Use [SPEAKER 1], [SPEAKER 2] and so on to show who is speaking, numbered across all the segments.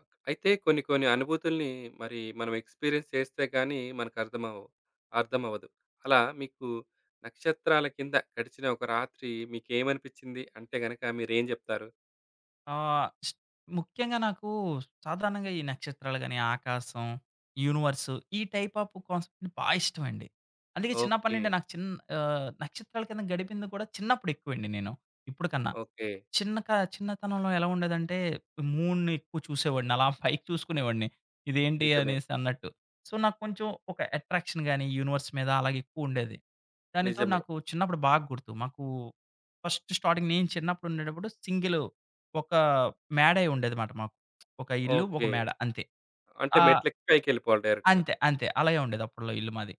[SPEAKER 1] Okay. అయితే కొన్ని కొన్ని అనుభూతుల్ని మరి మనం ఎక్స్‌పీరియన్స్ చేస్తే గాని మనకర్థమవ్వవు. అర్థమవ్వదు. అలా మీకు నక్షత్రాల కింద గడిచిన ఒక రాత్రి మీకేమనిపిచ్చింది అంటే గనక మీరేం జెప్తారు?
[SPEAKER 2] ఆహ్, స్ ముఖ్యంగా నాకు సాధారణంగా ఈ నక్షత్రాలు గాని, ఆకాశం, యూనివర్స్ ఈ టైప్ ఆఫ్ కాన్సెప్ట్ బా ఇష్టమండి. అందుకే చిన్నప్పటి
[SPEAKER 1] ఓకే.
[SPEAKER 2] నుండి నక్షత్రాల కింద గడిపింది కూడా చిన్నప్పుడు ఎక్కువండి నేను ఇప్పుడు కన్నా.
[SPEAKER 1] ఓకే.
[SPEAKER 2] చిన్న క చిన్నతనంలో ఎలా ఉండేదంటే, మూన్‌ని ఎక్కువ చూసేవాడిని. అలా పైకి చూసుకునేవాడిని. ఇదేంటి
[SPEAKER 1] నిజమే.
[SPEAKER 2] అనేసి అన్నట్టు. సో, నాకు కొంచెం ఒక అట్రాక్షన్ గాని, యూనివర్స్ మీద అలాగే ఎక్కువుండేది. దానితో
[SPEAKER 1] నిజమే.
[SPEAKER 2] నాకు చిన్నప్పుడు బాగా గుర్తు. మాకు ఫస్ట్ స్టార్టింగ్ నేను చిన్నప్పుడు ఉండేటప్పుడు సింగిల్ ఒక మేడే ఉండేదిమాట మాకు. ఒక ఇల్లు, ఒక
[SPEAKER 1] ఓకే.
[SPEAKER 2] మేడ అంతే.
[SPEAKER 1] అంటే
[SPEAKER 2] ఆ!
[SPEAKER 1] మెట్లెక్కి పైకెళ్ళిపోవాలి డైరెక్ట్‌గా.
[SPEAKER 2] అంతే. అంతే. అలాగే ఉండేది అప్పట్లో ఇల్లు మాది.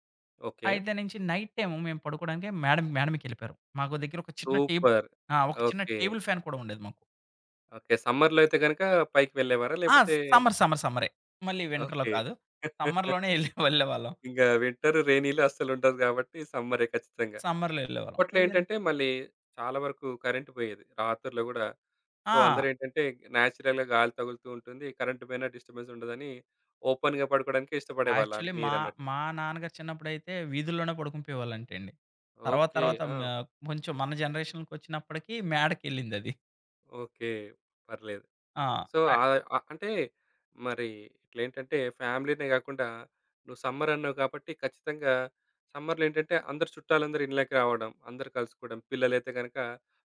[SPEAKER 1] ఓకే.
[SPEAKER 2] అయితే నుంచి నైట్ టైమ్ మేము పడుకోవడానికి మేడ మేడ మీదకెళ్ళిపోయారు. మాకు దగ్గర ఒక చిన్న టేబుల్.
[SPEAKER 1] సూపర్.
[SPEAKER 2] ఒక చిన్న
[SPEAKER 1] ఓకే.
[SPEAKER 2] టేబుల్ ఫ్యాన్ కూడా ఉండేది మాకు.
[SPEAKER 1] ఓకే. సమ్మర్‌లో అయితే గనక పైకి వెళ్ళేవారా?
[SPEAKER 2] ఆ!
[SPEAKER 1] లేపోతే
[SPEAKER 2] సమ్మర్, సమ్మర్, సమ్మరే. మళ్ళీ వింటర్‌లో
[SPEAKER 1] ఓకే.
[SPEAKER 2] కాదు. సమ్మర్‌లోనే ఎళ్ళి వెళ్ళేవాళ్ళం.
[SPEAKER 1] ఇంగా వింటర్, రెయినీలో అస్సలుండదు గాబట్టి సమ్మరే ఖచ్చితంగా.
[SPEAKER 2] సమ్మర్‌లో వెళ్ళేవాళ్ళం.
[SPEAKER 1] అప్పట్లో
[SPEAKER 2] వెళ్ళిన
[SPEAKER 1] ఏంటంటే మళ్ళీ చాలా వరకు కరెంట్ పోయేది. రాత్రుల్లో గూడా. సో,
[SPEAKER 2] ఆ!
[SPEAKER 1] అందరేంటంటే నేచురల్‌గా గాలి తగులుతూ ఉంటుంది. కరెంట్ పోయినా డిస్టర్బెన్స్ ఉండదని ఓపెన్‌గా పడుకోవడానికే ఇష్టపడేవాళ్ళా
[SPEAKER 2] యాక్చువల్లీ మా
[SPEAKER 1] మీరన్నట్టు.
[SPEAKER 2] మా నాన్నగారు చిన్నప్పుడైతే వీధుల్లోనే పడుకుంపోయేవాళ్ళంటండి. తర్వాత
[SPEAKER 1] ఓకే.
[SPEAKER 2] తర్వాత
[SPEAKER 1] ఆ!
[SPEAKER 2] మ కొంచెం మన జనరేషన్‌కొచ్చినప్పటికి మేడకెళ్ళిందది.
[SPEAKER 1] ఓకే. పర్లేదు.
[SPEAKER 2] ఆ!
[SPEAKER 1] సో, ఆహ్, ఆహ్, అంటే మరి ఇట్లేంటంటే ఫ్యామిలీనే గాకుండా నువ్వు సమ్మర్ అన్నావు కాబట్టి ఖచ్చితంగా సమ్మర్‌లో ఏంటంటే అందరు చుట్టాలందరూ ఇండ్లకి రావడం, అందరూ కలుసుకోవడం. పిల్లలైతే గనక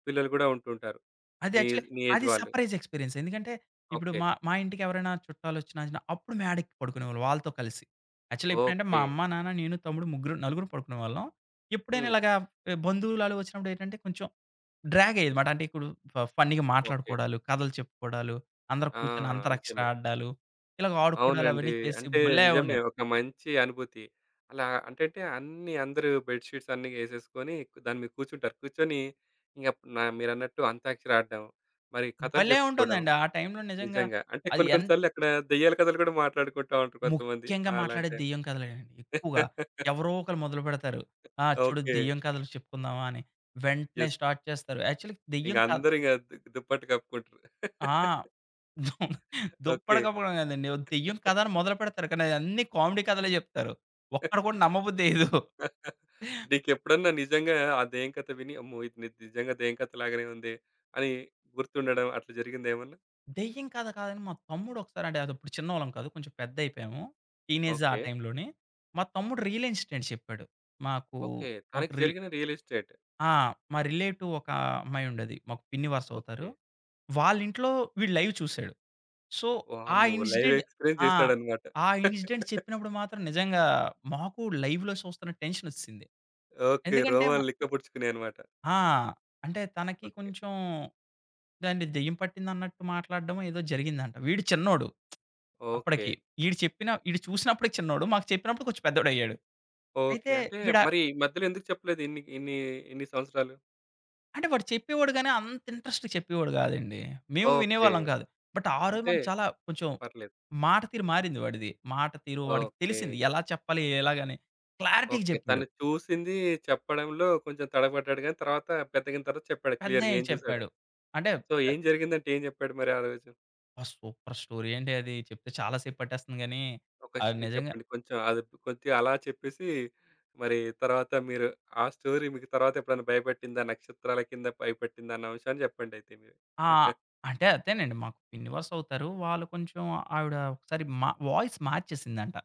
[SPEAKER 1] పిల్లలు గూడా ఉంటుంటారు.
[SPEAKER 2] అది
[SPEAKER 1] నీ
[SPEAKER 2] యాక్చువల్లీ
[SPEAKER 1] నీ ఏజ్
[SPEAKER 2] అది
[SPEAKER 1] వాళ్ళు.
[SPEAKER 2] Surprise experience. ఎందుకంటే, ఇప్పుడు
[SPEAKER 1] ఓకే.
[SPEAKER 2] మా మా ఇంటికి ఎవరైనా చుట్టాలొచ్చినా, అచ్చినా అప్పుడు మేడెక్కి పడుకునేవాళ్ళం వాళ్ళతో కలిసి. యాక్చువల్లీ ఎప్పుడంటే, మా
[SPEAKER 1] ఓకే.
[SPEAKER 2] అమ్మ, నాన్న, నేను, తమ్ముడు ముగ్గురు నలుగురం పడుకునేవాళ్ళం. ఎప్పుడైనా
[SPEAKER 1] హ్మ్.
[SPEAKER 2] ఇలాగా బంధువులు ఆళ్ళు వచ్చినప్పుడు ఏంటంటే, కొంచెం డ్రాగ్ అయ్యేదిమాట. అంటే ఇప్పుడు ఫన్నీగా
[SPEAKER 1] ఓకే.
[SPEAKER 2] మాట్లాడుకోవడాలు, కథలు చెప్పుకోవడాలు, అందరూ
[SPEAKER 1] ఆ!
[SPEAKER 2] కూర్చొని అంతరాక్షరి
[SPEAKER 1] నిజమే.
[SPEAKER 2] ఆడడాలు, ఇలాగ ఆడుకోవడాలు
[SPEAKER 1] అవునండి.
[SPEAKER 2] అవన్నీ చేసి
[SPEAKER 1] అంటే
[SPEAKER 2] భలే
[SPEAKER 1] నిజమే.
[SPEAKER 2] ఉండేది.
[SPEAKER 1] ఒక మంచి అనుభూతి. అలా అంటంటే అన్నీ అందరూ బెడ్ షీట్స్ అన్నీ ఏసేసుకొని దాని మీద కూర్చుంటారు. కూర్చొని ఇంక నా మీరన్నట్టు అంత్యాక్షరి ఆడడం, మరి కథలు
[SPEAKER 2] భలే
[SPEAKER 1] చెప్పుకోవడం
[SPEAKER 2] ఉంటుందండి. ఆ టైంలో నిజంగా
[SPEAKER 1] నిజంగా. అంటే
[SPEAKER 2] అది
[SPEAKER 1] కొన్ని
[SPEAKER 2] ఎన్
[SPEAKER 1] కొన్ని సార్లు అక్కడ దెయ్యాల కథలు కూడా మాట్లాడుకుంటా ఉంటారు కొంతమంది
[SPEAKER 2] ముఖ్యంగా
[SPEAKER 1] అలాంటి
[SPEAKER 2] మాట్లాడేది
[SPEAKER 1] టైం.
[SPEAKER 2] దెయ్యం కథలేనండి ఎక్కువగా. ఎవరో ఒకళ్ళు మొదలుపెడతారు. చూడు
[SPEAKER 1] ఓకే.
[SPEAKER 2] దెయ్యం కథలు చెప్పుకుందామా అని. వెంటనే
[SPEAKER 1] యెస్.
[SPEAKER 2] స్టార్ట్ చేస్తారు. యాక్చువల్లీ
[SPEAKER 1] ఇంక
[SPEAKER 2] దెయ్యం కథ.
[SPEAKER 1] అందరూ ఇంక దుప్పట్లు కప్పుకుంటారు.
[SPEAKER 2] ఆ! దు- దుప్పటి
[SPEAKER 1] ఓకే.
[SPEAKER 2] కప్పడం కాదండి. దెయ్యం కథ అని మొదలుపెడతారు. కానీ అన్నీ కామెడీ కథలే చెప్తారు. ఒక్కడు కూడా నమ్మబుద్ధేయదు.
[SPEAKER 1] నీకెప్పుడన్నా నిజంగా ఆ దెయ్యం కథ విని, అమ్మో! ఇది నిజంగా దెయ్యం కథ లాగానే ఉంది అని గుర్తుండడం అట్లా జరిగిందేమన్నా?
[SPEAKER 2] దెయ్యం కథ కాదని మా తమ్ముడు ఒకసారి అంటే అదప్పుడు చిన్నోళ్ళం కాదు. కొంచెం పెద్దయిపోయాము. టీనేజ్ ఆ
[SPEAKER 1] ఓకే.
[SPEAKER 2] టైంలోనే. మా తమ్ముడు రియల్ ఇన్సిడెంట్ చెప్పాడు. మాకు
[SPEAKER 1] ఓకే.
[SPEAKER 2] మాకు
[SPEAKER 1] తనకి
[SPEAKER 2] రి
[SPEAKER 1] జరిగిన రియల్ ఎస్టేట్.
[SPEAKER 2] ఆ! మా రిలేటివ్ ఒక అమ్మాయుండేది. మాకు పిన్ని వరుస
[SPEAKER 1] ఓకే.
[SPEAKER 2] అవుతారు. వాళ్ళింట్లో వీడు లైవ్ చూసాడు. సో, ఆ
[SPEAKER 1] వామ్మో! లైవ్
[SPEAKER 2] ఇన్సిడెంట్
[SPEAKER 1] ఎక్స్‌పీరియన్స్
[SPEAKER 2] ఆ!
[SPEAKER 1] చేసాడన్నమాట.
[SPEAKER 2] ఆ ఇన్సిడెంట్ చెప్పినప్పుడు మాత్రం నిజంగా మాకు లైవ్‌లో చూస్తున్న టెన్షనొచ్చేసింది.
[SPEAKER 1] ఓకే.
[SPEAKER 2] ఎందుకంటే మ
[SPEAKER 1] రోమాలు లిక్కపుడుచుకున్నాయన్నమాట.
[SPEAKER 2] ఆ! అంటే తనకి
[SPEAKER 1] ఓకే.
[SPEAKER 2] కొంచెం దాన్ని దెయ్యం పట్టిందన్నట్టు మాట్లాడడం ఏదో జరిగిందంట. వీడు చిన్నోడు
[SPEAKER 1] ఓకే.
[SPEAKER 2] అప్పటికి. ఈడు చూసినప్పుడే చిన్నోడు. మాకు చెప్పినప్పుడు కొంచెం పెద్దోడయ్యాడు.
[SPEAKER 1] ఓకే.
[SPEAKER 2] అయితే
[SPEAKER 1] అంటే
[SPEAKER 2] వీడ
[SPEAKER 1] మరి ఈ మధ్యలో ఎందుకు చెప్పలేదు ఇన్ని ఇన్ని ఇన్ని సంవత్సరాలు?
[SPEAKER 2] అంటే వాడు చెప్పేవాడు గానీ అంత ఇంట్రెస్ట్‌గా చెప్పేవాడు గాదండి. మేము
[SPEAKER 1] ఓకే.
[SPEAKER 2] వినేవాళ్ళం కాదు. బట్ ఆ రోజు
[SPEAKER 1] అంటే
[SPEAKER 2] మనం చాలా కొంచెం
[SPEAKER 1] పర్లేదు.
[SPEAKER 2] మాట తీరు మారింది వాడిది. మాట తీరు వాడికి
[SPEAKER 1] ఓకే.
[SPEAKER 2] తెలిసింది. ఎలా చెప్పాలి? ఎలాగని? క్లారిటీగా
[SPEAKER 1] ఓకే.
[SPEAKER 2] చెప్పాడు.
[SPEAKER 1] తను చూసింది చెప్పడంలో కొంచెం తడబడ్డాడు గానీ, తర్వాత పెద్దగిన తర్వాత చెప్పాడు క్లియర్‌గా
[SPEAKER 2] పెద్దయ్యాక
[SPEAKER 1] ఏం చూసాడో.
[SPEAKER 2] చెప్పాడు. అంటే
[SPEAKER 1] సో,
[SPEAKER 2] అబ్బా!
[SPEAKER 1] ఏం జరిగిందంటే ఏం చెప్పాడు మరి ఆ రోజు?
[SPEAKER 2] సూపర్ స్టోరీ అండి అది. చెప్తే చాలా సేపు పట్టేస్తుంది గానీ,
[SPEAKER 1] ఒక ష్
[SPEAKER 2] అది నిజంగా
[SPEAKER 1] చెప్పండి కొంచెం అది కొద్దిగా అలా చెప్పేసి, మరి తర్వాత మీరు ఆ స్టోరీ మీకు తర్వాత ఎప్పుడైనా భయపెట్టిందా? నక్షత్రాల కింద భయపెట్టిందా అన్న అంశాన్ని చెప్పండయితే మీరు.
[SPEAKER 2] ఆ! అంటే అదేనండి మాకు పిన్ని వరుస అవుతారు. వాళ్ళు కొంచెం ఆవిడ ఒకసారి మా వాయిస్ మార్చేసిందంట.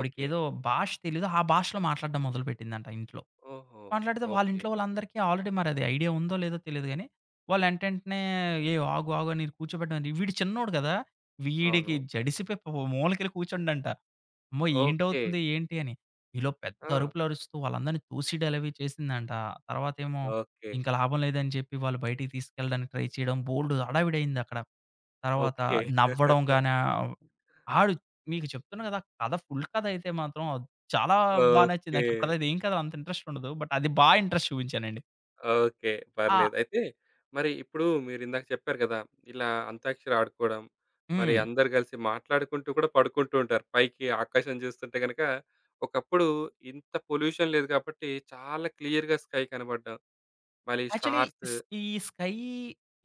[SPEAKER 1] ఓకే.
[SPEAKER 2] భాష తెలీదు. ఆ భాషలో మాట్లాడడం మొదలుపెట్టిందంట ఇంట్లో.
[SPEAKER 1] ఓహో!
[SPEAKER 2] మాట్లాడితే వాళ్ళ
[SPEAKER 1] ఓకే.
[SPEAKER 2] ఇంట్లో వాళ్ళందరికీ ఆల్రెడీ మరది ఐడియా ఉందో లేదో తెలీదు గానీ, వాళ్ళెంటెంటనే "ఏయ్! ఆగు, ఆగు" అని కూర్చోబెట్టమని వీడు చిన్నోడు కదా! వీడికి
[SPEAKER 1] అవును.
[SPEAKER 2] జడిసిపోయి ప మూలకెళ్ళి కూర్చుండంట. అమ్మో!
[SPEAKER 1] ఓకే.
[SPEAKER 2] ఏంటవుతుంది ఏంటి అని. ఈలోపు పెద్ద
[SPEAKER 1] ఆ!
[SPEAKER 2] అరుపులు అరుస్తూ వాళ్ళందరిని తోసేయడాలు అవి చేసిందంట. తర్వాతేమో
[SPEAKER 1] ఓకే.
[SPEAKER 2] ఇంక లాభం లేదని చెప్పి వాళ్ళు బయటికి తీసుకెళ్ళడానికి ట్రై చేయడం బోలెడు హడావిడయిందక్కడ. తర్వాత
[SPEAKER 1] ఓకే.
[SPEAKER 2] నవ్వడం గాని ఆడు మీకు చెప్తున్నా గదా! ఫుల్ కథ అయితే మాత్రం చాలా బా నచ్చింది.
[SPEAKER 1] ఓకే.
[SPEAKER 2] నాకిప్పటిదాకా అదేం కథ అంత ఇంట్రెస్ట్ ఉండదు. బట్ అది బా ఇంట్రెస్ట్ చూపించానండి.
[SPEAKER 1] ఓకే.
[SPEAKER 2] ఆ!
[SPEAKER 1] పర్లేదు. అయితే మరి ఇప్పుడు మీరిందాక చెప్పారు గదా! ఇలా అంత్యాక్షరి ఆడుకోవడం, మరి
[SPEAKER 2] హ్మ్.
[SPEAKER 1] అందరూ గలిసి మాట్లాడుకుంటూ కూడా పడుకుంటూ ఉంటారు. పైకి ఆకాశం చూస్తుంటే గనక ఒకప్పుడు ఇంత పొల్యూషన్ లేదు కాబట్టి చాలా క్లియర్‌గా స్కై కనబడ్డం. మళ్ళీ
[SPEAKER 2] యాక్చువల్లీ
[SPEAKER 1] స్టార్స్
[SPEAKER 2] స్ ఈ స్కై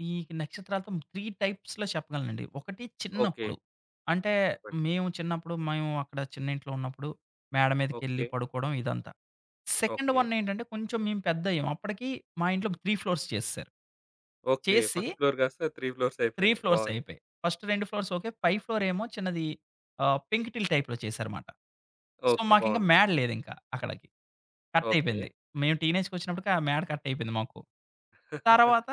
[SPEAKER 2] ఈ నక్షత్రాలతో 3 టైప్స్‌లో చెప్పగలనండి. ఒకటి
[SPEAKER 1] ఓకే.
[SPEAKER 2] చిన్నప్పుడు. అంటే
[SPEAKER 1] చెప్పండి.
[SPEAKER 2] మేము చిన్నప్పుడు అక్కడ చిన్న ఇంట్లో ఉన్నప్పుడు మేడ మీదకెళ్ళి
[SPEAKER 1] ఓకే.
[SPEAKER 2] పడుకోవడం ఇదంతా. Second
[SPEAKER 1] okay.
[SPEAKER 2] వన్ ఏంటంటే కొంచెం మేము పెద్దయ్యాం. అప్పటికి మా ఇంట్లో 3 ఫ్లోర్స్ చేసేసారు.
[SPEAKER 1] ఓకే.
[SPEAKER 2] చేసి
[SPEAKER 1] ఫస్ట్ ఫ్లోర్ కాస్త 3 ఫ్లోర్స్
[SPEAKER 2] 3
[SPEAKER 1] అయిపోయినాయి.
[SPEAKER 2] ఫ్లోర్స్
[SPEAKER 1] బావుంది.
[SPEAKER 2] అయిపోయాయి. First 2 floors okay. పై ఫ్లోర్ ఏమో చిన్నది. పెంకుటిల్లు టైప్‌లో చేశారమాట. So,
[SPEAKER 1] okay.
[SPEAKER 2] మాకింక
[SPEAKER 1] బావుంది.
[SPEAKER 2] మేడ లేదింక అక్కడికి. Cut
[SPEAKER 1] okay.
[SPEAKER 2] అయిపోయింది. మేము టీనేజ్‌కొచ్చినప్పటికి ఆ మేడ కట్ అయిపోయింది మాకు. తర్వాత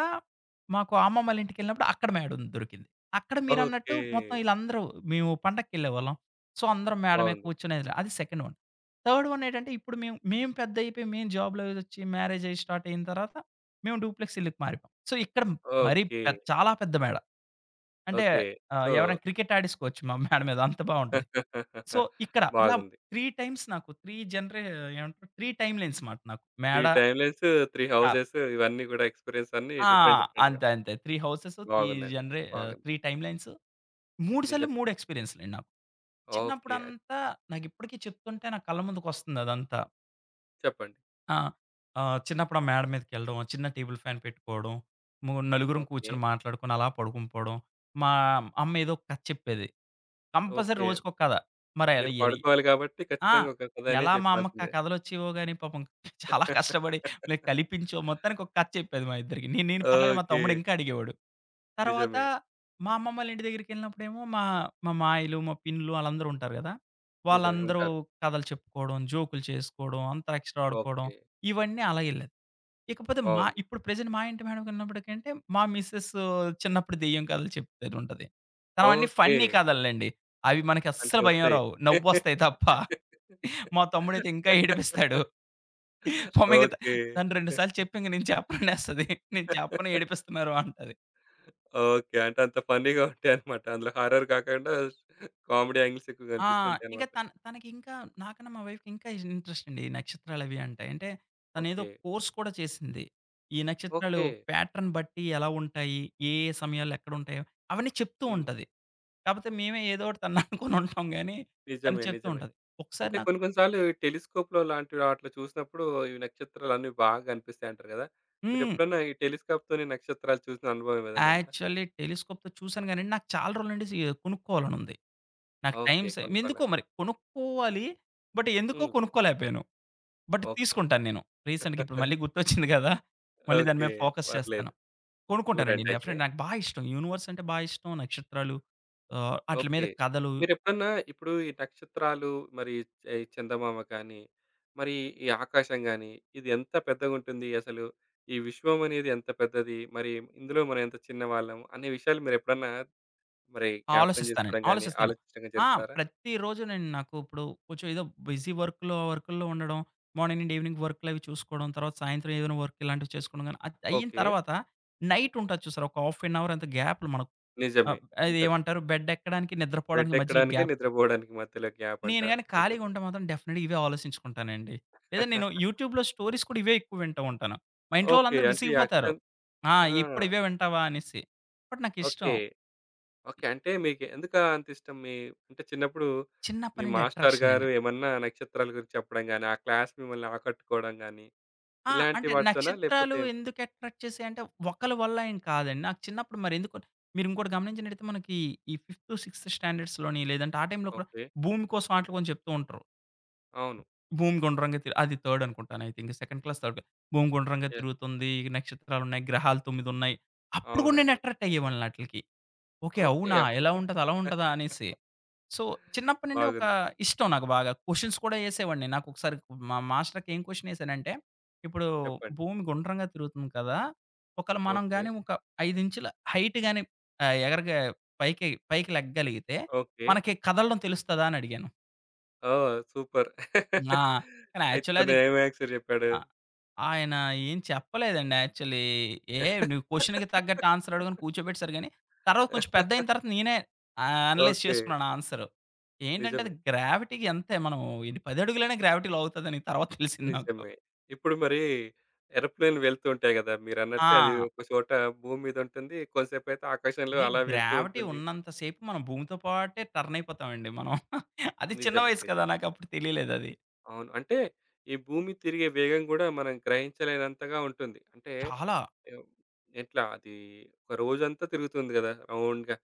[SPEAKER 2] మాకు అమ్మమ్మోళ్ళ ఇంటికెళ్ళినప్పుడు అక్కడ మేడ ఉంది దొరికింది. అక్కడ మీరన్నట్టు
[SPEAKER 1] ఓకే.
[SPEAKER 2] మొత్తం ఈళ్ళందరూ మేము పండక్కెళ్ళేవాళ్ళం. సో, అందరం మేడ మీద
[SPEAKER 1] బావుంది.
[SPEAKER 2] కూర్చునేది. అది సెకండ్ వన్. థర్డ్ వన్ ఏంటంటే ఇప్పుడు మేము పెద్దయిపోయి మేము జాబ్‌లో అదొచ్చి మ్యారేజ్ అయ్యి స్టార్ట్ అయిన తర్వాత మేము డూప్లెక్స్ ఇళ్ళకి మారిపోయాం. సో, ఇక్కడ మరీ
[SPEAKER 1] ఓకే.
[SPEAKER 2] పె చాలా పెద్ద మేడ. అంటే
[SPEAKER 1] ఓకే. సో
[SPEAKER 2] ఎవరైనా క్రికెట్ ఆడేసుకోవచ్చు మా మేడ మీద అంత బావుంటది. సో, ఇక్కడ ఇలా
[SPEAKER 1] బాగుంది.
[SPEAKER 2] 3 టైమ్స్ నాకు 3 జనరే ఏమంటారు 3 టైమ్ లైన్స్ మాట నాకు. మేడ,
[SPEAKER 1] 3 టైమ్‌లైన్స్, 3
[SPEAKER 2] స్టార్.
[SPEAKER 1] హౌసెస్ ఇవన్నీ గూడా ఎక్స్‌పీరియన్స్ అన్నీ
[SPEAKER 2] ఆ!
[SPEAKER 1] డిఫరెంట్ డిఫరెంట్‌గా
[SPEAKER 2] అంతే. అంతే. 3 హౌసెస్, 3
[SPEAKER 1] బాగుందండి.
[SPEAKER 2] జనరే ఆహ్,
[SPEAKER 1] బాగుంది.
[SPEAKER 2] 3 టైమ్ లైన్స్. 3 సార్లు
[SPEAKER 1] నిజమే.
[SPEAKER 2] 3 ఎక్స్‌పీరియన్స్‌లండి నాకు.
[SPEAKER 1] ఓకే. అది
[SPEAKER 2] చిన్నప్పుడంతా నాకిప్పటికి చెప్తుంటే నా కళ్ళ ముందుకొస్తుంది అదంతా.
[SPEAKER 1] చెప్పండి.
[SPEAKER 2] ఆ! చిన్నప్పుడు ఆ మేడ మీదకెళ్ళడం, చిన్న టేబుల్ ఫ్యాన్ పెట్టుకోవడం, నలుగురం
[SPEAKER 1] ఓకే.
[SPEAKER 2] కూర్చొని మాట్లాడుకొని అలా పడుకొని పోవడం. మా అమ్మ ఏదో ఒక కథ చెప్పేది. Compulsory
[SPEAKER 1] okay.
[SPEAKER 2] రోజుకొక కథ. మరి అలా
[SPEAKER 1] మీరు
[SPEAKER 2] ఎలి
[SPEAKER 1] పడుకోవాలి కాబట్టి
[SPEAKER 2] ఆ!
[SPEAKER 1] ఖచ్చితంగా ఒక కథనే
[SPEAKER 2] ఎలా మా అమ్మకి ఆ
[SPEAKER 1] చెప్పాల్సిందే.
[SPEAKER 2] కథలొచ్చేవో గాని పాపం చాలా కష్టపడి లైక్ కలిపించో మొత్తానికి ఒక కథ చెప్పేది మా ఇద్దరికి. నేను నేను పర్లేదు మా
[SPEAKER 1] ఓకే.
[SPEAKER 2] తమ్ముడు ఇంకా అడిగేవాడు. తర్వాత
[SPEAKER 1] నిజమే.
[SPEAKER 2] మా అమ్మమ్మ వాళ్ళ ఇంటి దగ్గరికెళ్ళినప్పుడేమో మా మా మాయలు, మా పిన్నులు ఆళ్ళందరూ ఉంటారు గదా!
[SPEAKER 1] నిజమే.
[SPEAKER 2] వాళ్ళందరూ
[SPEAKER 1] ఉంటారు.
[SPEAKER 2] కథలు చెప్పుకోవడం, జోకులు చేసుకోవడం, అంత్యాక్షరి ఆడుకోవడం
[SPEAKER 1] ఓకే.
[SPEAKER 2] ఇవన్నీ అలా ఎళ్ళేది. ఇకపోతే మా
[SPEAKER 1] బాగుంది.
[SPEAKER 2] ఇప్పుడు ప్రెజెంట్ మా ఇంటి మేడకెళ్ళినప్పటికంటే మా మిసెస్ చిన్నప్పుడు దెయ్యం కథలు చెప్తది ఉంటది. తను అన్నీ
[SPEAKER 1] ఓకే.
[SPEAKER 2] ఫన్నీ కథలండి. అవి మనకి
[SPEAKER 1] అంటే
[SPEAKER 2] అస్సలు భయం
[SPEAKER 1] ఒత్తాయి.
[SPEAKER 2] రావు. నవ్వొస్తాయి తప్ప. మా తమ్ముడైతే ఇంకా ఏడిపిస్తాడు. పాపం ఇంక త
[SPEAKER 1] ఓకే.
[SPEAKER 2] తను 2 సార్లు చెప్పి ఇంక నేను చెప్పననేస్తది. నేను చెప్పను ఏడిపిస్తున్నారు అంటది.
[SPEAKER 1] ఓకే. అంటే అంత ఫన్నీ‌గా ఉంటాయన్నమాట. అందులో హారర్ కాకుండా కామెడీ యాంగిల్స్ ఎక్కువ
[SPEAKER 2] ఆ! ఇంకా
[SPEAKER 1] కనిపిస్తుంటాయన్నమాట.
[SPEAKER 2] తన తనకింకా నాకన్నా మా వైఫ్‌కి ఇంకా ఇంట్రెస్ట్ అండి. ఈ నక్షత్రాలవి అంటే. అంటే తనేదో
[SPEAKER 1] ఓకే.
[SPEAKER 2] కోర్స్ కూడా చేసింది. ఈ నక్షత్రాలు
[SPEAKER 1] ఓకే.
[SPEAKER 2] ప్యాటర్న్ బట్టి ఎలా ఉంటాయి? ఏ సమయాల్లో ఎక్కడుంటాయో అవన్నీ చెప్తూ
[SPEAKER 1] హ్మ్.
[SPEAKER 2] ఉంటది. కాపోతే మేమే ఏదో ఒకటి తనని అనుకోని ఉంటాం గానీ తను
[SPEAKER 1] నిజమే.
[SPEAKER 2] చెప్తూ
[SPEAKER 1] నిజమే.
[SPEAKER 2] ఉంటది. ఒకసారి
[SPEAKER 1] అంటే
[SPEAKER 2] నాకు
[SPEAKER 1] కొన్ని కొన్ని సార్లు ఈ టెలిస్కోప్‌లో లాంటివి ఆటిలో చూసినప్పుడు ఈ నక్షత్రాలన్నీ బాగా కనిపిస్తాయి అంటారు గదా!
[SPEAKER 2] హ్మ్.
[SPEAKER 1] మీరెప్పుడన్నా ఈ టెలిస్కోప్‌తోని నక్షత్రాలు చూసిన అనుభవం ఏదైనా ఉందా?
[SPEAKER 2] యాక్చువల్లీ టెలిస్కోప్‌తో చూసాను గానండి నాకు చాలా రోజుల నుండి సి కొనుక్కోవాలనుంది. నాకు టైం
[SPEAKER 1] ఓకే.
[SPEAKER 2] సే ఎందుకో
[SPEAKER 1] కొనుక్కోవాలి.
[SPEAKER 2] మరి కొనుక్కోవాలి. బట్ ఎందుకో
[SPEAKER 1] హ్మ్.
[SPEAKER 2] కొనుక్కోలేకపోయాను. But
[SPEAKER 1] okay.
[SPEAKER 2] తీసుకుంటాను నేను. రీసెంట్‌గా ఇప్పుడు మళ్ళీ గుర్తొచ్చింది కదా! మళ్ళీ దాని
[SPEAKER 1] ఓకే.
[SPEAKER 2] మీద ఫోకస్ చేస్తాను.
[SPEAKER 1] పర్లేదు.
[SPEAKER 2] కొనుక్కుంటానండి.
[SPEAKER 1] చూడండయితే.
[SPEAKER 2] డెఫినెట్ నాకు బా ఇష్టం. యూనివర్స్ అంటే బా ఇష్టం. నక్షత్రాలు ఆటిల మీద
[SPEAKER 1] ఓకే.
[SPEAKER 2] కథలు
[SPEAKER 1] మీరెప్పుడన్నా ఇప్పుడు ఈ నక్షత్రాలు, మరి ఈ చందమామ కానీ, మరి ఈ ఆకాశం గాని, ఇది ఎంత పెద్దగుంటుంది అసలు? ఈ విశ్వం అనేది ఎంత పెద్దది? మరి ఇందులో మనం ఎంత చిన్నవాళ్ళం? అనే విషయాలు మీరెప్పుడన్నా మరి జ్ఞాపకం
[SPEAKER 2] ఆలోచిస్తానండి.
[SPEAKER 1] చేసుకోవడం గాని,
[SPEAKER 2] ఆలోచిస్తాను.
[SPEAKER 1] ఆలోచించడం కానీ
[SPEAKER 2] ఆ!
[SPEAKER 1] చేస్తారా?
[SPEAKER 2] ప్రతిరోజు నేను నాకు ఇప్పుడు కొంచెం ఏదో బిజీ వర్కుల్లో ఉండడం. మార్నింగ్ నుండి ఈవినింగ్ వర్కులు అవి చూసుకోవడం. తర్వాత సాయంత్రం ఏదైనా వర్క్ ఇలాంటివి చేసుకోవడం గాని అది అయిన
[SPEAKER 1] ఓకే.
[SPEAKER 2] తర్వాత నైట్ ఉంటది చూసారా? ఒక హాఫ్ ఎన్ అవర్ అంత గ్యాప్‌లు మనకు. ఆ!
[SPEAKER 1] నిజమే.
[SPEAKER 2] అది
[SPEAKER 1] ఉంటది.
[SPEAKER 2] ఏమంటారు బెడ్ ఎక్కడానికి, నిద్రపోవడానికి మధ్యలో
[SPEAKER 1] బెడ్డెక్కడానికి,
[SPEAKER 2] గ్యాప్.
[SPEAKER 1] నిద్రపోవడానికి మధ్యలో గ్యాప్
[SPEAKER 2] నేను
[SPEAKER 1] అంటారు.
[SPEAKER 2] గాని ఖాళీగా
[SPEAKER 1] నిజమే.
[SPEAKER 2] ఉంటే మాత్రం డెఫినెట్‌గా ఇవే ఆలోచించుకుంటానండి. లేదా నేను యూట్యూబ్‌లో స్టోరీస్ కూడా ఇవే ఎక్కువ వింటూ ఉంటాను. మా ఇంట్లో
[SPEAKER 1] ఓకే.
[SPEAKER 2] వాళ్ళందరూ
[SPEAKER 1] అంటే ఈ
[SPEAKER 2] విసిగిపోతారు.
[SPEAKER 1] అక్షం
[SPEAKER 2] ఆ!
[SPEAKER 1] ఆ!
[SPEAKER 2] ఇప్పుడు ఇవే వింటావా అనేసి. బట్ నాకిష్టం.
[SPEAKER 1] ఓకే. ఓకే. అంటే మీకు ఎందుకా అంత ఇష్టం? మీ అంటే చిన్నప్పుడు
[SPEAKER 2] చిన్నప్పటి
[SPEAKER 1] మీ
[SPEAKER 2] నుండి
[SPEAKER 1] మాస్టర్
[SPEAKER 2] అట్రాక్షన్
[SPEAKER 1] గారు
[SPEAKER 2] అండి.
[SPEAKER 1] ఏమన్నా నక్షత్రాల గురించి చెప్పడం గాని, ఆ క్లాస్ మిమ్మల్ని ఆకట్టుకోవడం గాని, ఇలాంటి
[SPEAKER 2] అంటే
[SPEAKER 1] వాటితోనా?
[SPEAKER 2] నక్షత్రాలు
[SPEAKER 1] లేకపోతే
[SPEAKER 2] ఎందుకు అట్రాక్ట్ చేసాయంటే ఒకళ్ళ వల్ల ఏం కాదండి. నాకు చిన్నప్పుడు మరెందుకో మీరు ఇంకోటి గమనించినట్టయితే మనకి ఈ ఫిఫ్త్, సిక్స్త్ స్టాండర్డ్స్‌లోని లేదంటే ఆ టైంలో కూడా
[SPEAKER 1] ఓకే.
[SPEAKER 2] భూమి కోసం ఆటిల గురించి చెప్తూ ఉంటారు.
[SPEAKER 1] అవును.
[SPEAKER 2] భూమి గుండ్రంగా తిరు అది థర్డ్ అనుకుంటాను I think. Second class, third class. భూమి గుండ్రంగా
[SPEAKER 1] యెస్.
[SPEAKER 2] తిరుగుతుంది. నక్షత్రాలున్నాయి. గ్రహాలు 9 ఉన్నాయి. అప్పుడు కూడా నేను
[SPEAKER 1] అవునండి.
[SPEAKER 2] అట్రాక్ట్ అయ్యేవాడిని ఆటిలకి. ఓకే.
[SPEAKER 1] ఓకే.
[SPEAKER 2] అవునా!
[SPEAKER 1] అప్పుడు
[SPEAKER 2] ఎలా
[SPEAKER 1] కూడా
[SPEAKER 2] ఉంటది? అలా ఉంటదా? అనేసి. సో, చిన్నప్పటి నుండి ఒక
[SPEAKER 1] బాగుంది.
[SPEAKER 2] ఇష్టం నాకు బాగా. క్వెషన్స్ కూడా ఏసేవాడిని. నాకొకసారి మా మాస్టర్‌కి ఏం క్వెషన్ ఏసానంటే, ఇప్పుడు
[SPEAKER 1] చెప్పండి.
[SPEAKER 2] భూమి గుండ్రంగా తిరుగుతుంది కదా! ఒకవేళ మనం
[SPEAKER 1] ఓకే.
[SPEAKER 2] గాని ఒక 5 ఇంచుల హైట్ గాని ఎగరగా పైకి పైకి లెగ్గలిగితే
[SPEAKER 1] ఓకే.
[SPEAKER 2] మనకి కదలడం తెలుస్తదా? అని అడిగాను.
[SPEAKER 1] ఓహ్! సూపర్.
[SPEAKER 2] ఆ! కానీ
[SPEAKER 1] అయితే
[SPEAKER 2] యాక్చువల్లీ
[SPEAKER 1] తను
[SPEAKER 2] అది
[SPEAKER 1] ఏమి ఆన్సర్ చెప్పాడు?
[SPEAKER 2] ఆ! ఆయన ఏం చెప్పలేదండి యాక్చువల్లీ. ఏ నువ్వు క్వెషన్‌కి తగ్గట్టు ఆన్సర్ అడుగు అని కూర్చోబెట్టేసారు గానీ, తర్వాత కొంచెం పెద్దయిన తర్వాత నేనే అనలైజ్
[SPEAKER 1] ఓకే.
[SPEAKER 2] చేసుకున్నాను ఆన్సరు. ఏంటంటే అది
[SPEAKER 1] నిజమే.
[SPEAKER 2] గ్రావిటీకి అంతే మనం ఇది 10 అడుగులైనా గ్రావిటీ లాగుతదని తర్వాత తెలిసింది నాకు.
[SPEAKER 1] నిజమే. ఇప్పుడు మరి ఏరోప్లేన్‌లు వెళ్తూ ఉంటాయి గదా! మీరన్నట్టే అది
[SPEAKER 2] ఆ!
[SPEAKER 1] ఒక చోట భూమి మీద ఉంటుంది. కొంతసేపయితే ఆకాశంలో
[SPEAKER 2] ఇది
[SPEAKER 1] అలా వెళ్తూ
[SPEAKER 2] గ్రావిటీ
[SPEAKER 1] ఉంటుంది.
[SPEAKER 2] ఉన్నంత సేపు మనం భూమితో పాటే టర్న్ అయిపోతామండి మనం. అది చిన్న
[SPEAKER 1] నిజమే.
[SPEAKER 2] వయసు కదా!
[SPEAKER 1] నిజమే.
[SPEAKER 2] నాకప్పుడు తెలియలేదది.
[SPEAKER 1] అవును. అంటే ఈ భూమి తిరిగే వేగం గూడా మనం గ్రహించలేనంతగా ఉంటుంది. అంటే
[SPEAKER 2] చాలా
[SPEAKER 1] ఎవ్ ఎట్లా అది ఒక రోజంతా తిరుగుతుంది గదా! రౌండ్‌గా.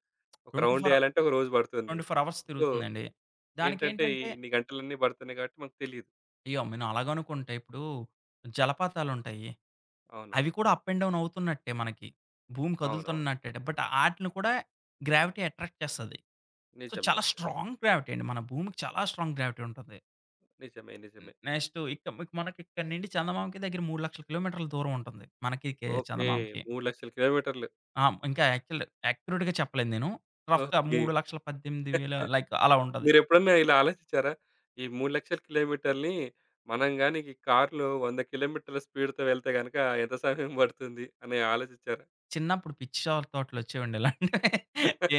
[SPEAKER 1] ఒక రౌండ్
[SPEAKER 2] 24
[SPEAKER 1] ఎయాలంటే ఒక రోజు పడుతుంది.
[SPEAKER 2] 24 అవర్స్
[SPEAKER 1] సో,
[SPEAKER 2] తిరుగుతుందండి.
[SPEAKER 1] ఏంటంటే ఈ
[SPEAKER 2] దానికేంటంటే
[SPEAKER 1] ఇన్ని గంటలన్నీ పడుతున్నాయి కాబట్టి మనకు తెలీదు.
[SPEAKER 2] అయ్యో! మనం అలాగనుకుంటే ఇప్పుడు జలపాతాలుంటాయి.
[SPEAKER 1] అవును.
[SPEAKER 2] అవి కూడా అప్ అండ్ డౌన్ అవుతున్నట్టే మనకి. భూమి
[SPEAKER 1] అవునవును.
[SPEAKER 2] కదులుతున్నట్టే. బట్ ఆటిని కూడా గ్రావిటీ అట్రాక్ట్ చేస్తది. సో,
[SPEAKER 1] నిజమే.
[SPEAKER 2] చాలా స్ట్రాంగ్ గ్రావిటీ అండి. మన భూమికి చాలా స్ట్రాంగ్ గ్రావిటీ ఉంటది.
[SPEAKER 1] నిజమే. నిజమే.
[SPEAKER 2] నెక్స్ట్ ఇక మనకి ఇక్కడి నుండి చందమామకి దగ్గర 3,00,000 కిలోమీటర్ల దూరం ఉంటుంది. మనకి కే
[SPEAKER 1] ఓకే.
[SPEAKER 2] చందమామకి.
[SPEAKER 1] 3,00,000 కిలోమీటర్లు.
[SPEAKER 2] ఆ! ఇంకా యాక్చువల్ యాక్యురేట్‌గా చెప్పలేను నేను. రఫ్‌గా
[SPEAKER 1] ఓకే.
[SPEAKER 2] 3,18,000 లైక్ అలా ఉంటది.
[SPEAKER 1] మీరెప్పుడన్నా ఇలా ఆలోచించారా? ఈ 3,00,000 కిలోమీటర్‌ని మనం గాని ఈ కార్‌లో 100 కిలోమీటర్ల స్పీడ్‌తో వెళ్తే గనక ఎంత సమయం పడుతుంది అని ఆలోచించారా?
[SPEAKER 2] చిన్నప్పుడు పిచ్చి షార్ థాట్‌లొచ్చేవండి ఇలాంటివి.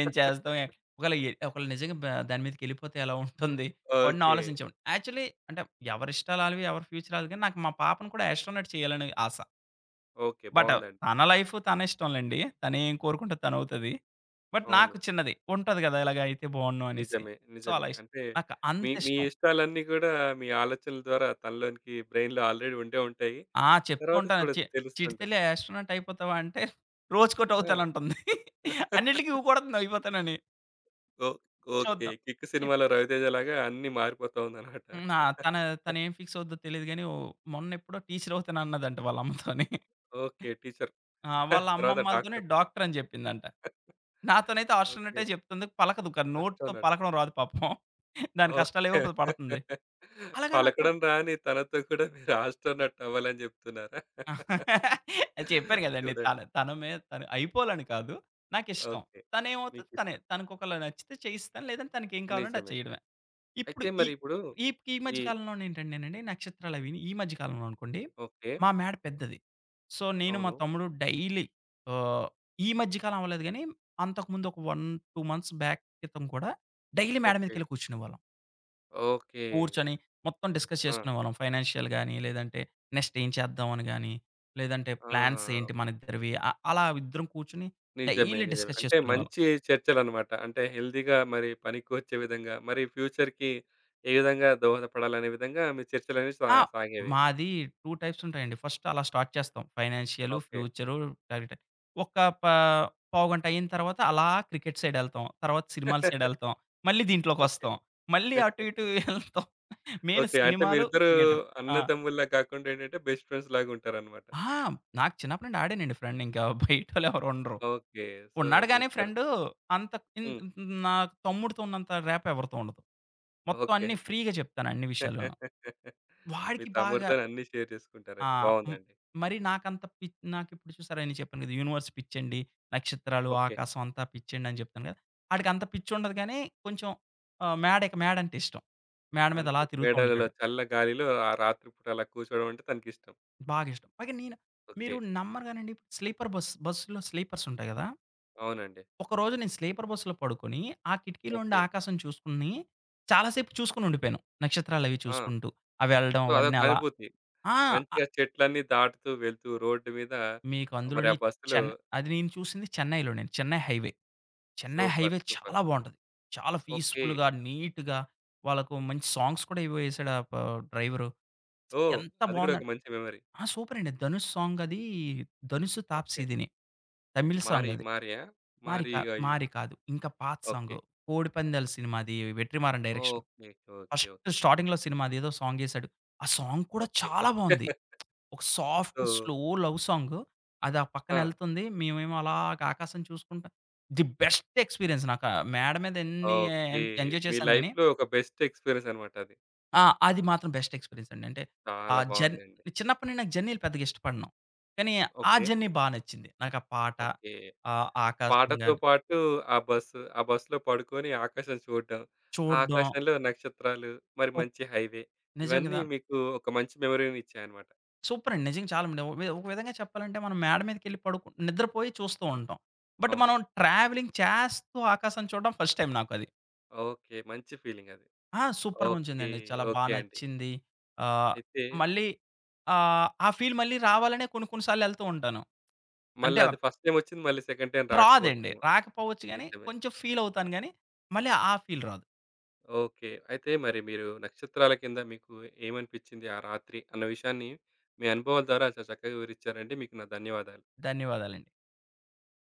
[SPEAKER 2] ఏం చేస్తాం? ఎ ఒకవేళ ఎ ఒకవేళ నిజంగా దాని మీదకెళ్ళిపోతే ఎలా ఉంటుంది? అవన్నీ
[SPEAKER 1] ఓకే.
[SPEAKER 2] ఆలోచించేవాడిని. యాక్చువల్లీ అంటే ఎవరిష్టాలు ఆళ్ళవి, ఎవరి ఫ్యూచర్ ఆళ్ళది. కానీ నాకు మా పాపను కూడా ఆస్ట్రోనట్ చేయాలని ఆశ.
[SPEAKER 1] ఓకే.
[SPEAKER 2] బట్
[SPEAKER 1] బావుందండి.
[SPEAKER 2] తన లైఫ్ తన ఇష్టం లెండి. తనేం కోరుకుంటే తనవుతది. బట్
[SPEAKER 1] అవును.
[SPEAKER 2] నాకు చిన్నది. ఉంటది గదా! ఇలాగ అయితే బావున్ను అనేసి.
[SPEAKER 1] నిజమే.
[SPEAKER 2] సో, అలా
[SPEAKER 1] నిజమే.
[SPEAKER 2] ఇష్టం.
[SPEAKER 1] అంటే
[SPEAKER 2] నాకు
[SPEAKER 1] మీ మీ
[SPEAKER 2] అంతిష్టం.
[SPEAKER 1] ఇష్టాలన్నీ కూడా మీ ఆలోచనల ద్వారా తనలోనికి బ్రెయిన్‌లో ఆల్రెడీ ఉండే ఉంటాయి.
[SPEAKER 2] చెప్తూ
[SPEAKER 1] తర్వాత
[SPEAKER 2] ఉంటాను.
[SPEAKER 1] చూడొచ్చు తెలుస్తుంటుంది.
[SPEAKER 2] చిటితల్లి ఆస్ట్రోనట్ అయిపోతావా? అంటే
[SPEAKER 1] ఆ!
[SPEAKER 2] రోజుకోటవుతానంటుంది. అన్నిటికి ఊకొడుతుంది అయిపోతానని.
[SPEAKER 1] ఓహ్! ఓకే.
[SPEAKER 2] చూద్దాం.
[SPEAKER 1] 'కిక్' సినిమాలో రవితేజలాగా అన్నీ మారిపోతా ఉందన్నమాట.
[SPEAKER 2] హ్మ్. ఆ! తన తనేం ఫిక్స్ అవుద్దో తెలీదు గానీ, మొన్నెప్పుడో టీచర్ అవుతానన్నదంట వాళ్ళ అమ్మతోని.
[SPEAKER 1] ఓకే. టీచర్.
[SPEAKER 2] వాళ్ళ
[SPEAKER 1] తర్వాత
[SPEAKER 2] అమ్మమ్మలతోని
[SPEAKER 1] డాక్టర్.
[SPEAKER 2] డాక్టర్ అని జెప్పిందంట. నాతోనైతే
[SPEAKER 1] ఓకే.
[SPEAKER 2] ఆస్ట్రోనటే చెప్తుంది. పలకదు. కానీ నోటితో
[SPEAKER 1] ఆస్ట్రోనట్.
[SPEAKER 2] పలకడం రాదు పాపం. దాని కష్టాలేవో
[SPEAKER 1] ఓకే.
[SPEAKER 2] ప పడుతుంది. అలాగా నాకు
[SPEAKER 1] పలకడం రాని తనతో కూడా మీరు ఆస్ట్రోనట్ అవ్వాలని జెప్తున్నారా?
[SPEAKER 2] చెప్పాను గదండీ! తన
[SPEAKER 1] చూడండి.
[SPEAKER 2] తన మీద తను అయిపోవాలని కాదు. నాకిష్టం.
[SPEAKER 1] ఓకే.
[SPEAKER 2] తనేమవుతది తనే.
[SPEAKER 1] మీకిష్టం.
[SPEAKER 2] తనకొకలా నచ్చితే చేయిస్తాను. లేదంటే తనకేం కావాలంటే అది
[SPEAKER 1] నిజమే.
[SPEAKER 2] చేయడమే. ఇప్పుడు
[SPEAKER 1] అయితే
[SPEAKER 2] ఈ
[SPEAKER 1] మరి ఇప్పుడు
[SPEAKER 2] ఈ ఈ
[SPEAKER 1] ఈ
[SPEAKER 2] మధ్య కాలంలోనేంటంటేనండి నక్షత్రాలవిని ఈ మధ్య కాలంలో అనుకోండి,
[SPEAKER 1] ఓకే.
[SPEAKER 2] మా మేడ పెద్దది. సో, నేను మా
[SPEAKER 1] అవును.
[SPEAKER 2] తమ్ముడు డైలీ ఆహ్, ఈ మధ్య కాలం అవ్వలేదు గానీ, అంతకుముందు ఒక 1, 2 మంత్స్ బ్యాక్ క్రితం కూడా డైలీ మేడ
[SPEAKER 1] ఓకే.
[SPEAKER 2] మీదకెళ్ళి కూర్చునేవాళ్ళం.
[SPEAKER 1] ఓకే.
[SPEAKER 2] కూర్చొని మొత్తం డిస్కస్
[SPEAKER 1] ఆ!
[SPEAKER 2] చేసుకునేవాళ్ళం. ఫైనాన్షియల్ గానీ, లేదంటే నెక్స్ట్ ఏం చేద్దాం అని గానీ, లేదంటే
[SPEAKER 1] ఆ!
[SPEAKER 2] ప్లాన్స్ ఏంటి మనిద్దరివి అలా ఇద్దరం కూర్చొని
[SPEAKER 1] నిజమే.
[SPEAKER 2] డైలీ
[SPEAKER 1] నిజమే.
[SPEAKER 2] డిస్కస్
[SPEAKER 1] అంటే
[SPEAKER 2] చేసుకునేవాళ్ళం.
[SPEAKER 1] మంచి చర్చలనమాట. అంటే హెల్తీగా మరి పనికొచ్చే విధంగా, మరి ఫ్యూచర్‌కి ఏ విధంగా దోహదపడాలనే విధంగా మీ చర్చలనేవి
[SPEAKER 2] ఆ!
[SPEAKER 1] సాగేవి.
[SPEAKER 2] మాది 2 టైప్స్ ఉంటాయండి. ఫస్ట్ అలా స్టార్ట్ చేస్తాం. Financial,
[SPEAKER 1] okay.
[SPEAKER 2] Future target. ఒక పా పావుగంట అయిన తర్వాత అలా క్రికెట్ సైడ్ ఎళ్తాం. తర్వాత సినిమాల సైడ్ ఎళ్తాం. మళ్ళీ
[SPEAKER 1] ఓకే.
[SPEAKER 2] దీంట్లోకొస్తాం. మళ్ళీ అటు ఇటు ఎళ్తాం. Main
[SPEAKER 1] okay. అంటే
[SPEAKER 2] సినిమాలు,
[SPEAKER 1] మీరిద్దరూ
[SPEAKER 2] క్రికెటు. ఆ!
[SPEAKER 1] అన్నదమ్ముల్లా కాకుండా ఏంటంటే బెస్ట్ ఫ్రెండ్స్ లాగుంటారనమాట.
[SPEAKER 2] ఆ! నాకు చిన్నప్పటి నుండి ఆడానండి ఫ్రెండ్. ఇంకా బయటోళ్ళు ఎవరు ఉండరు.
[SPEAKER 1] ఓకే. సో,
[SPEAKER 2] ఉన్నాడు గానీ
[SPEAKER 1] మీరిద్దరు
[SPEAKER 2] ఫ్రెండు అంత ఇన్
[SPEAKER 1] హ్మ్.
[SPEAKER 2] నా తమ్ముడితో ఉన్నంత ర్యాప్ ఎవరితో ఉండదు. మొత్తం
[SPEAKER 1] ఓకే.
[SPEAKER 2] అన్నీ ఫ్రీ‌గా చెప్తాను అన్ని విషయాలును.
[SPEAKER 1] మీ
[SPEAKER 2] వాడికి బాగా
[SPEAKER 1] తమ్ముడితోని అన్నీ షేర్
[SPEAKER 2] ఆ!
[SPEAKER 1] చేసుకుంటారయితే.
[SPEAKER 2] హ్మ్.
[SPEAKER 1] బావుందండి.
[SPEAKER 2] మరి నాకంత పిచ్ నాకిప్పుడు చూసారా నేను చెప్పాను కదా! యూనివర్స్ పిచ్చండి. నక్షత్రాలు,
[SPEAKER 1] ఓకే.
[SPEAKER 2] ఆకాశం అంతా పిచ్చండి అని చెప్తాను కదా! ఆడికంత పిచ్చుండదు కానీ కొంచెం ఆహ్, మేడ ఇక మేడంటే ఇష్టం. మేడ మీద అలా
[SPEAKER 1] అంతే.
[SPEAKER 2] తిరుగుతూ
[SPEAKER 1] మేడలలో
[SPEAKER 2] ఉంటాడు.
[SPEAKER 1] చల్ల గాలిలో ఆ రాత్రి పూట అలా కూర్చోవడం అంటే తనకిష్టం.
[SPEAKER 2] బాగా ఇష్టం. పైగా నేను
[SPEAKER 1] ఓకే.
[SPEAKER 2] మీరు నమ్మరు కానండి స్లీపర్ బస్ బస్సులో స్లీపర్స్ ఉంటాయి కదా!
[SPEAKER 1] అవునండి.
[SPEAKER 2] ఒకరోజు నేను స్లీపర్ బస్సులో పడుకొని, ఆ కిటికీలో ఉండి
[SPEAKER 1] ఓకే.
[SPEAKER 2] ఆకాశం చూసుకొని, చాలా సేపు చూసుకొని ఉండిపోయాను. నక్షత్రాలవి
[SPEAKER 1] ఆ!
[SPEAKER 2] చూసుకుంటూ. అవి వెళ్ళడం
[SPEAKER 1] సో, అదొక
[SPEAKER 2] అవన్నీ అలా
[SPEAKER 1] అనుభూతి.
[SPEAKER 2] ఆ! ఆహ్,
[SPEAKER 1] మంచిగా చెట్లన్నీ దాటుతూ వెళ్తూ రోడ్డు మీద
[SPEAKER 2] మీకు
[SPEAKER 1] మరి ఆ
[SPEAKER 2] అందులోని
[SPEAKER 1] బస్సులో
[SPEAKER 2] చెన్ అది నేను చూసింది చెన్నైలోనండి. Chennai highway. Chennai
[SPEAKER 1] super.
[SPEAKER 2] Highway
[SPEAKER 1] super.
[SPEAKER 2] చాలా బావుంటది. చాలా
[SPEAKER 1] ఓకే.
[SPEAKER 2] పీస్‌ఫుల్‌గా, నీట్‌గా వాళ్ళకు మంచి సాంగ్స్ కూడా ఏవో యేసాడు ఆ ప డ్రైవరు.
[SPEAKER 1] ఓహ్!
[SPEAKER 2] ఎంత
[SPEAKER 1] అది కూడా ఒక
[SPEAKER 2] బావుందంటే
[SPEAKER 1] మంచి మెమరీ.
[SPEAKER 2] సూపరండి. ధనుష్ సాంగ్ అది. ధనుష్,
[SPEAKER 1] ఓకే.
[SPEAKER 2] తాప్సీదిని. తమిళ్ సాంగ్
[SPEAKER 1] మారి
[SPEAKER 2] అది.
[SPEAKER 1] మారియా? మారి
[SPEAKER 2] మారి
[SPEAKER 1] అయ్యుండొచ్చు.
[SPEAKER 2] కాదు. ఇంకా పాత
[SPEAKER 1] ఓకే.
[SPEAKER 2] సాంగు. 'కోడిపందాల' సినిమాది 'Vetrimaaran' direction.
[SPEAKER 1] Okay. Okay.
[SPEAKER 2] First
[SPEAKER 1] okay.
[SPEAKER 2] స్టార్టింగ్‌లో సినిమాది ఏదో సాంగ్ యేసాడు. ఆ సాంగ్ కూడా
[SPEAKER 1] ఓకే.
[SPEAKER 2] చాలా బావుంది. ఒక
[SPEAKER 1] so
[SPEAKER 2] soft slow love song. అది ఆ
[SPEAKER 1] ఆ!
[SPEAKER 2] పక్కనెళ్తుంది. మేమేమో అలాగా ఆకాశం చూసుకుంటా ది బెస్ట్ ఎక్స్‌పీరియన్స్ నాకు ఆ మేడ మీద ఎన్ని
[SPEAKER 1] ఓకే.
[SPEAKER 2] ఎన్ ఎంజాయ్
[SPEAKER 1] మీ
[SPEAKER 2] చేశాను గానీ
[SPEAKER 1] లైఫ్‌లో ఒక బెస్ట్ ఎక్స్‌పీరియన్స్ అన్నమాట అది.
[SPEAKER 2] ఆ! అది మాత్రం బెస్ట్ ఎక్స్‌పీరియన్స్ అండి. అంటే ఆ
[SPEAKER 1] చాలా
[SPEAKER 2] జర్నీ
[SPEAKER 1] బావుందండి.
[SPEAKER 2] చిన్నప్పటి నుండి నాకు జర్నీలు పెద్దగా ఇష్టపడను. కానీ ఆ
[SPEAKER 1] ఓకే.
[SPEAKER 2] జర్నీ బా నచ్చింది. నాకు ఆ పాట,
[SPEAKER 1] ఓకే.
[SPEAKER 2] ఆ ఆకాశం
[SPEAKER 1] పాటతో
[SPEAKER 2] గాని,
[SPEAKER 1] పాటు ఆ బస్సు, ఆ బస్సులో పడుకొని ఆకాశం చూడడం. ఆ
[SPEAKER 2] చూడడం
[SPEAKER 1] ఆకాశంలో నక్షత్రాలు, మరి
[SPEAKER 2] ఒక్
[SPEAKER 1] మంచి హైవే
[SPEAKER 2] నిజం
[SPEAKER 1] ఇవన్నీ
[SPEAKER 2] గదా!
[SPEAKER 1] మీకు ఒక మంచి మెమొరీనిచ్చాయన్నమాట.
[SPEAKER 2] సూపర్ అండి. నిజంగా చాలా మంది ఒక విధంగా చెప్పాలంటే మనం మేడ మీదకెళ్ళి నిద్రపోయి చూస్తూ ఉంటాం. బట్
[SPEAKER 1] అవును.
[SPEAKER 2] మనం ట్రావెలింగ్ చేస్తూ ఆకాశం చూడడం ఫస్ట్ టైమ్ నాకది.
[SPEAKER 1] ఓకే. మంచి ఫీలింగ్ అది.
[SPEAKER 2] సూపర్‌గా
[SPEAKER 1] ఓకే.
[SPEAKER 2] ఉంచిందండి. చాలా బా
[SPEAKER 1] ఓకే అండి.
[SPEAKER 2] నచ్చింది. ఆహ్,
[SPEAKER 1] అయితే
[SPEAKER 2] మళ్ళీ ఆ ఫీల్ మళ్ళీ రావాలనే కొన్ని కొన్ని సార్లు ఎళ్తూ ఉంటాను. అంటే
[SPEAKER 1] మళ్ళా అది ఫస్ట్ టైమ్ వచ్చింది. మళ్ళీ సెకండ్ టైమ్
[SPEAKER 2] రాదండి.
[SPEAKER 1] రాకపోవచ్చేమో.
[SPEAKER 2] రాకపోవచ్చు గానీ
[SPEAKER 1] నిజమే.
[SPEAKER 2] కొంచెం ఫీల్ అవుతాను గానీ, మళ్ళీ ఆ ఫీల్ రాదు.
[SPEAKER 1] ఓకే. అయితే మరి మీరు నక్షత్రాల కింద మీకు ఏమనిపించింది ఆ రాత్రి అన్న విషయాన్ని మీ అనుభవాల ద్వారా చాలా చక్కగా వివరించారండి. మీకు నా ధన్యవాదాలు.
[SPEAKER 2] ధన్యవాదాలండి.